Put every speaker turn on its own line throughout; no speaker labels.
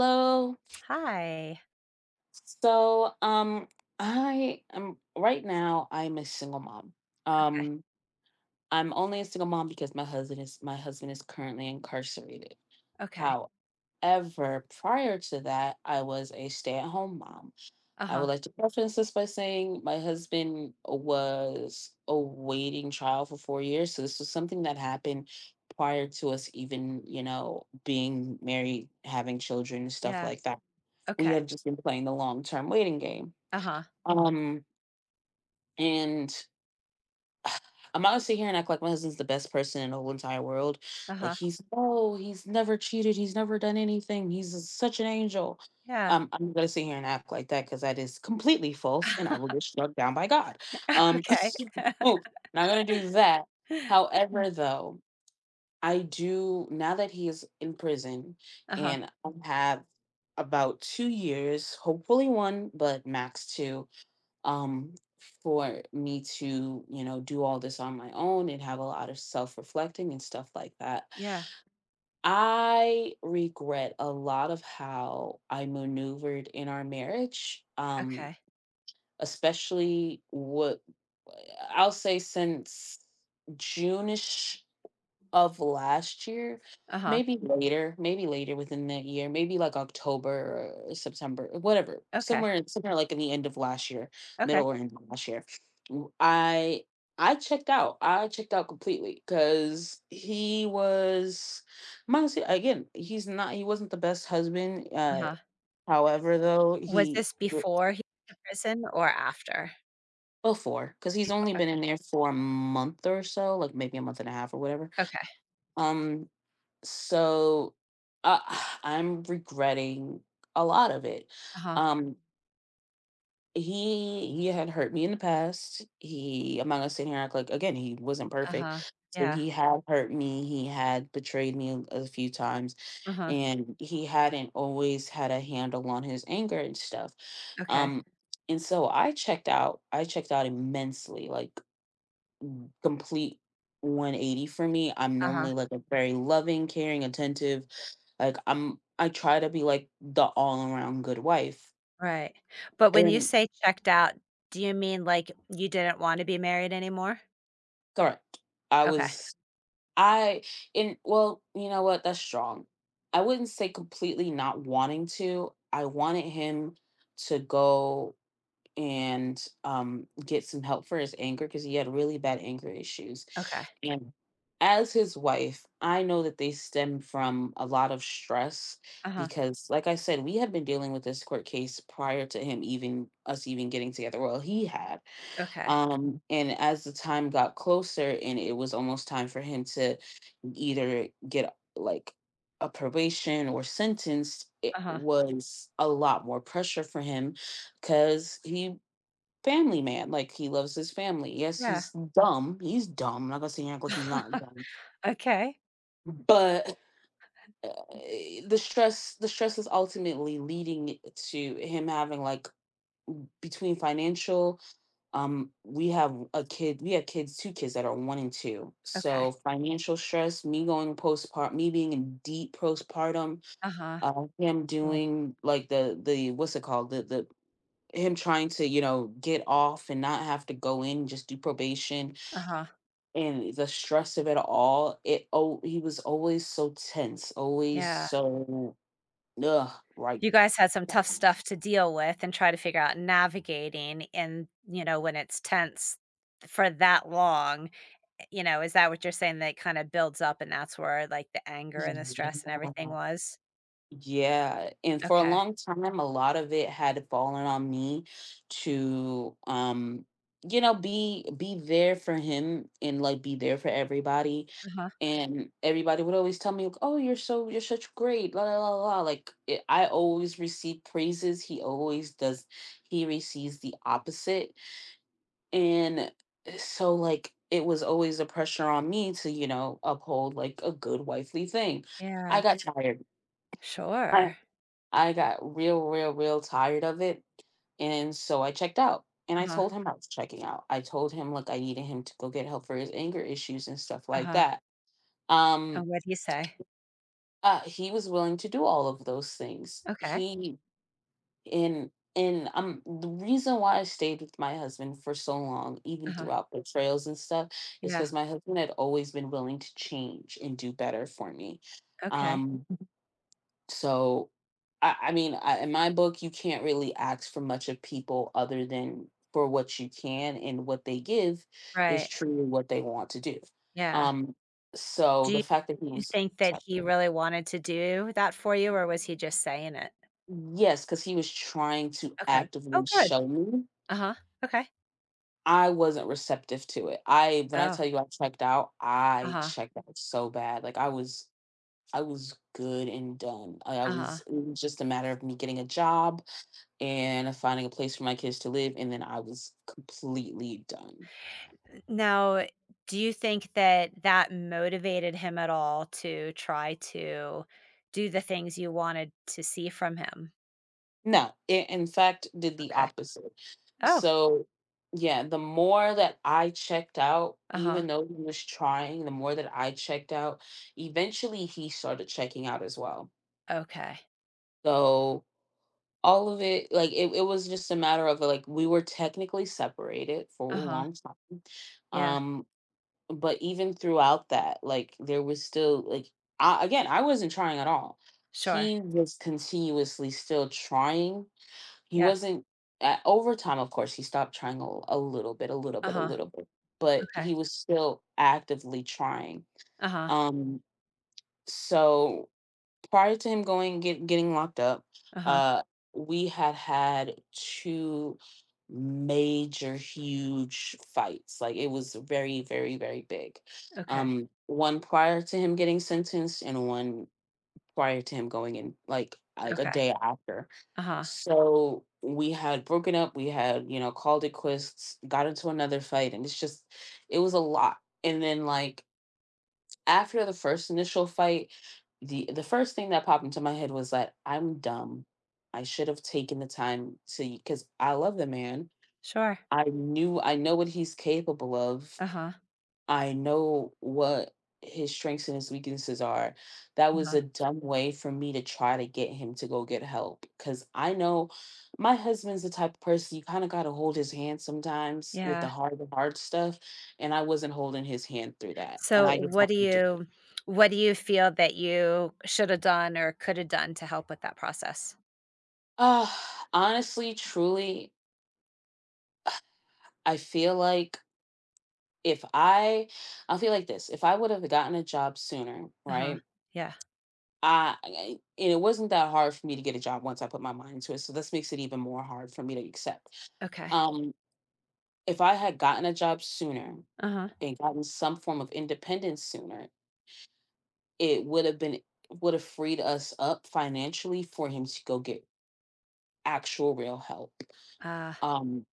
Hello.
Hi.
So, um, I am right now. I'm a single mom.
Okay.
Um, I'm only a single mom because my husband is currently incarcerated.
Okay.
However, prior to that, I was a stay-at-home mom. I
Uh-huh.
would like to preface this by saying my husband was awaiting trial for 4 years, so this was something that happened prior to us even, you know, being married, having children, stuff
Yeah.
like that we
Okay.
have just been playing the long term waiting game.
Uh-huh.
Um, and I'm not gonna sit here and act like my husband's the best person in the whole entire world. Like
Uh-huh.
he's never cheated, he's never done anything, such an angel.
Yeah.
I'm not gonna sit here and act like that because that is completely false, and I will get struck down by God. Um,
Okay.
so, not gonna do that. However, though, I do now that he is in prison,
Uh-huh.
and I have about 2 years, hopefully one, but max two um, for me to, you know, do all this on my own and have a lot of self reflecting and stuff like that.
Yeah.
I regret a lot of how I maneuvered in our marriage,
Okay.
especially what I'll say since June of last year,
Uh-huh.
maybe later within that year, maybe like October or September, whatever,
Okay.
somewhere like in the end of last year, middle
Okay.
or end of last year. w- I I checked out. I checked out completely because he was I'm honestly again, he wasn't the best husband.
Uh-huh.
However though,
Was this before he went to prison or after?
before because he's
Befo
only been in
okay.
there for a month or so, like maybe a month and a half or whatever.
Okay.
Um so uh, I'm regretting a lot of it.
Uh-huh.
Um, he had hurt me in the past. He I'm not gonna sit here and act like again he wasn't perfect.
Uh-huh.
So
Yeah.
he had hurt me. He had betrayed me a few times,
Uh-huh.
and he hadn't always had a handle on his anger and stuff.
Okay.
Um, and so I checked out. I checked out immensely. Like complete 180 for me. I'm
Uh-huh.
normally like a very loving, caring, attentive. Like I try to be like the all around good wife.
Right. But when you
And
say checked out, do you mean like you didn't want to be married anymore?
correct. I
Okay.
was I in well, you know what? That's strong. I wouldn't say completely not wanting to. I wanted him to go and get some help for his anger because he had really bad anger issues.
Okay.
And as his wife, I know that they stem from a lot of stress
Uh-huh.
because, like I said, we had been dealing with this court case prior to him even us even getting together. Well, he had.
Okay.
And as the time got closer and it was almost time for him to either get like a probation or sentenced, it
Uh-huh.
was a lot more pressure for him because he family man. Like he loves his family. Yes,
Yeah.
he's dumb. He's dumb. I'm not gonna say act like he's not dumb,
Okay.
but uh, the stress is ultimately leading to him having like between financial. We have a kid. We have kids, two kids that are one and two. So
Okay.
financial stress, me going postpartum, me being in deep postpartum,
Uh-huh.
him
Oh,
doing like the what's it called the him trying to, you know, get off and not have to go in, just do probation,
uh-huh.
and the stress of it all, it, oh, he was always so tense, always
Yeah.
so ugh, like
You guys had some tough stuff to deal with and try to figure out navigating in, you know, when it's tense for that long. You know, is that what you're saying that kind of builds up and that's where like the anger and the
yeah.
stress and everything was?
Yeah, and for a
Okay.
long time a lot of it had fallen on me to, you know, be there for him and like be there for everybody,
Uh-huh.
and everybody would always tell me like, oh you're such great la la la la, like it, I always receive praises, he always does, he receives the opposite. And so, like, it was always a pressure on me to, you know, uphold like a good wifely thing. I
Yeah.
got tired. I,
Sure.
I got real, real, real tired of it. And so I checked out and I
Uh-huh.
told him I was checking out. I told him, look, I needed him to go get help for his anger issues and stuff like
Uh-huh.
that.
And
Um,
what do you say?
he was willing to do all of those things.
Okay.
He and and the reason why I stayed with my husband for so long, even
Uh-huh.
throughout betrayals and stuff, is
Yeah.
because my husband had always been willing to change and do better for me.
Okay.
Um, so I mean, in my book, you can't really ask for much of people other than for what you can, and what they give is
Right.
truly what they want to do.
Yeah.
Um, so
Do
the
you,
fact that he
do you
was,
think that
sorry,
he really wanted to do that for you or was he just saying it?
yes, because he was trying to
Okay.
actively
Oh, good.
show me
Uh-huh. Okay.
I wasn't receptive to it. I when I
Oh,
tell you I
uh-huh.
checked out so bad. Like I was good and done. I was
Uh-huh.
it was just a matter of me getting a job and finding a place for my kids to live and then I was completely done.
Now, do you think that that motivated him at all to try to do the things you wanted to see from him?
No, it in fact did the
Okay.
opposite.
Oh,
So yeah, the more that I checked out,
uh-huh.
even though he was trying, the more that I checked out, eventually he started checking out as well.
Okay.
So all of it like it was just a matter of like we were technically separated for a
Uh-huh.
long time
Yeah.
um but even throughout that like there was still like I, again I wasn't trying at all,
Sure.
he was continuously still trying, he
Yeah.
wasn't at, over time of course he stopped trying a little bit a little bit a
Uh-huh.
little bit, but
Okay.
he was still actively trying.
Uh-huh.
Um so prior to him going get getting locked up,
Uh-huh.
uh, we had had two major, huge fights. Like it was very, very, very big.
Okay.
One prior to him getting sentenced, and one prior to him going in, like a
Okay.
day after.
Uh-huh.
So we had broken up. We had, you know, called it quits, got into another fight, and it's just it was a lot. And then like after the first initial fight, the first thing that popped into my head was that I'm dumb. I should have taken the time to, because I love the man.
Sure.
I know what he's capable of.
Uh-huh.
I know what his strengths and his weaknesses are. That was
Uh-huh.
a dumb way for me to try to get him to go get help, because I know my husband's the type of person you kind of got to hold his hand sometimes with
Yeah.
the hard stuff, and I wasn't holding his hand through that, and
So,
I just
what do
wanted to.
you what do you feel that you should have done or could have done to help with that process?
Uh, honestly, truly, I feel like if I, I feel like this, if I would have gotten a job sooner,
Uh-huh.
right?
Yeah.
I- and it wasn't that hard for me to get a job once I put my mind into it. So this makes it even more hard for me to accept.
Okay.
Um, if I had gotten a job sooner
Uh-huh.
and gotten some form of independence sooner, it would have been would have freed us up financially for him to go get actual real help.
Ah,
Um.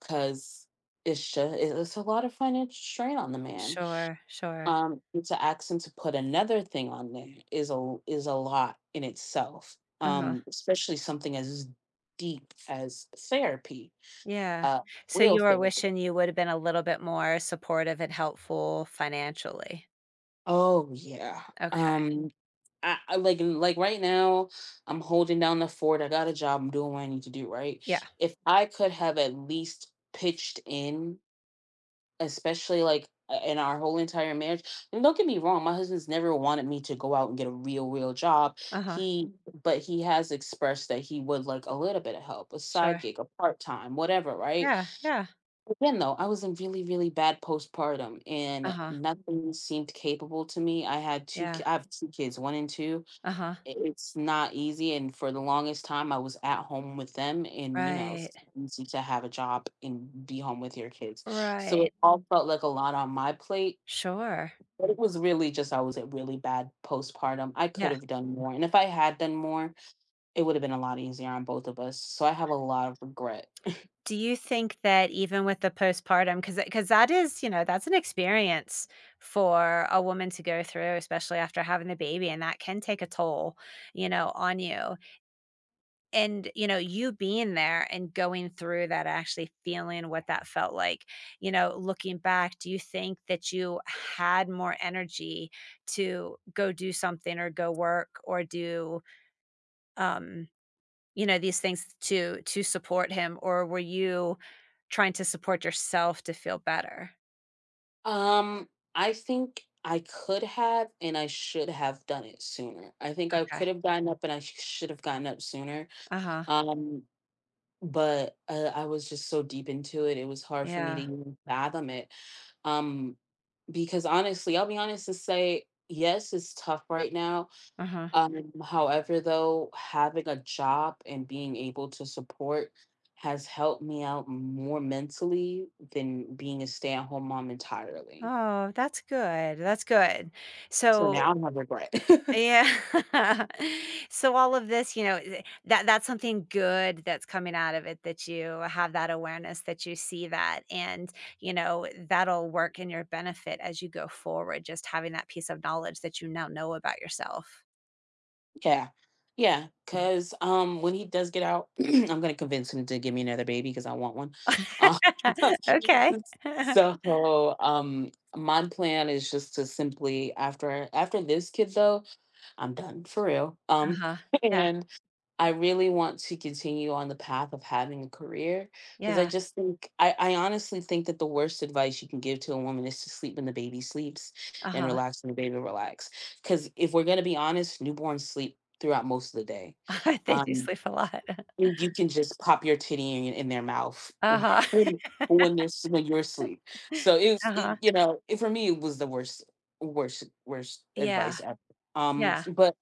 Because it's just it's a lot of financial strain on the man.
sure, sure.
And to ask him to put another thing on there is a lot in itself.
Uh-huh.
Especially something as deep as therapy,
Yeah.
uh,
So
real
you were
therapy.
wishing you would have been a little bit more supportive and helpful financially.
Oh yeah.
Okay.
Um, I like right now, I'm holding down the fort. I got a job. I'm doing what I need to do. Right.
Yeah.
If I could have at least pitched in especially like in our whole entire marriage. And don't get me wrong, my husband's never wanted me to go out and get a real, real job.
Uh-huh.
He, but he has expressed that he would like a little bit of help, a side
Sure.
gig, a part time, whatever, right?
Yeah, yeah.
Again, though, I was in really, really bad postpartum and
Uh-huh.
nothing seemed capable to me. I had
Yeah.
I have two kids, one and two.
Uh-huh.
It's not easy, and for the longest time I was at home with them, and you know
Right.
it's not easy to have a job and be home with your kids, so
Right.
it all felt like a lot on my plate.
Sure.
But it was really just I was at really bad postpartum, I could
Yeah.
have done more, and if I had done more, it would have been a lot easier on both of us, so I have a lot of regret.
Do you think that even with the postpartum, because that is, you know, that's an experience for a woman to go through, especially after having the baby, and that can take a toll, you know, on you. And you know you being there and going through that actually feeling what that felt like, you know, looking back, do you think that you had more energy to go do something or go work or do um you know, these things to support him, or were you trying to support yourself to feel better?
um I think I could have and I should have done it sooner. I think I
Okay.
could have gotten up and should have gotten up sooner.
Uh-huh.
Um but I was just so deep into it, it was hard for me to
Yeah.
even fathom it. Um, because honestly, I'll be honest to say, yes, it's tough right now.
Uh-huh.
However, though, having a job and being able to support has helped me out more mentally than being a stay at home mom entirely.
Oh, that's good, that's good.
So
So
now I have regret.
yeah. So all of this, you know, eh, that's something good that's coming out of it that you have that awareness, that you see that, and, you know, that'll work in your benefit as you go forward, just having that piece of knowledge that you now know about yourself.
Yeah. Yeah. Cause when he does get out, I'm gonna convince him to give me another baby because I want one. Uh,
Okay.
so my plan is just to simply after after this kid though, I'm done for real.
Uh-huh. Yeah,
And. I really want to continue on the path of having a career because I
yeah.
just think I honestly think that the worst advice you can give to a woman is to sleep when the baby sleeps and
Uh-huh.
relax when the baby relax. Because if we're gonna be honest, newborns sleep throughout most of the day.
They do
Um,
sleep a lot.
you can just pop your titty in their mouth
Uh-huh.
when when you're asleep. So
Uh-huh.
you know for me it was the worst worst worst
Yeah,
advice ever.
yeah.
But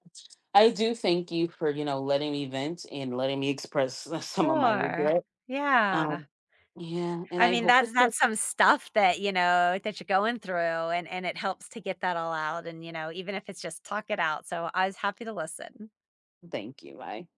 I do thank you for, you know, letting me vent and letting me express some of my
Sure.
regret.
Yeah.
Um, yeah, and
I
I
mean,
hope that
that's
you
that's some stuff that, you know, that you're going through, and it helps to get that all out and, you know, even if it's just talk it out. So I was happy to listen.
thank you. Bye.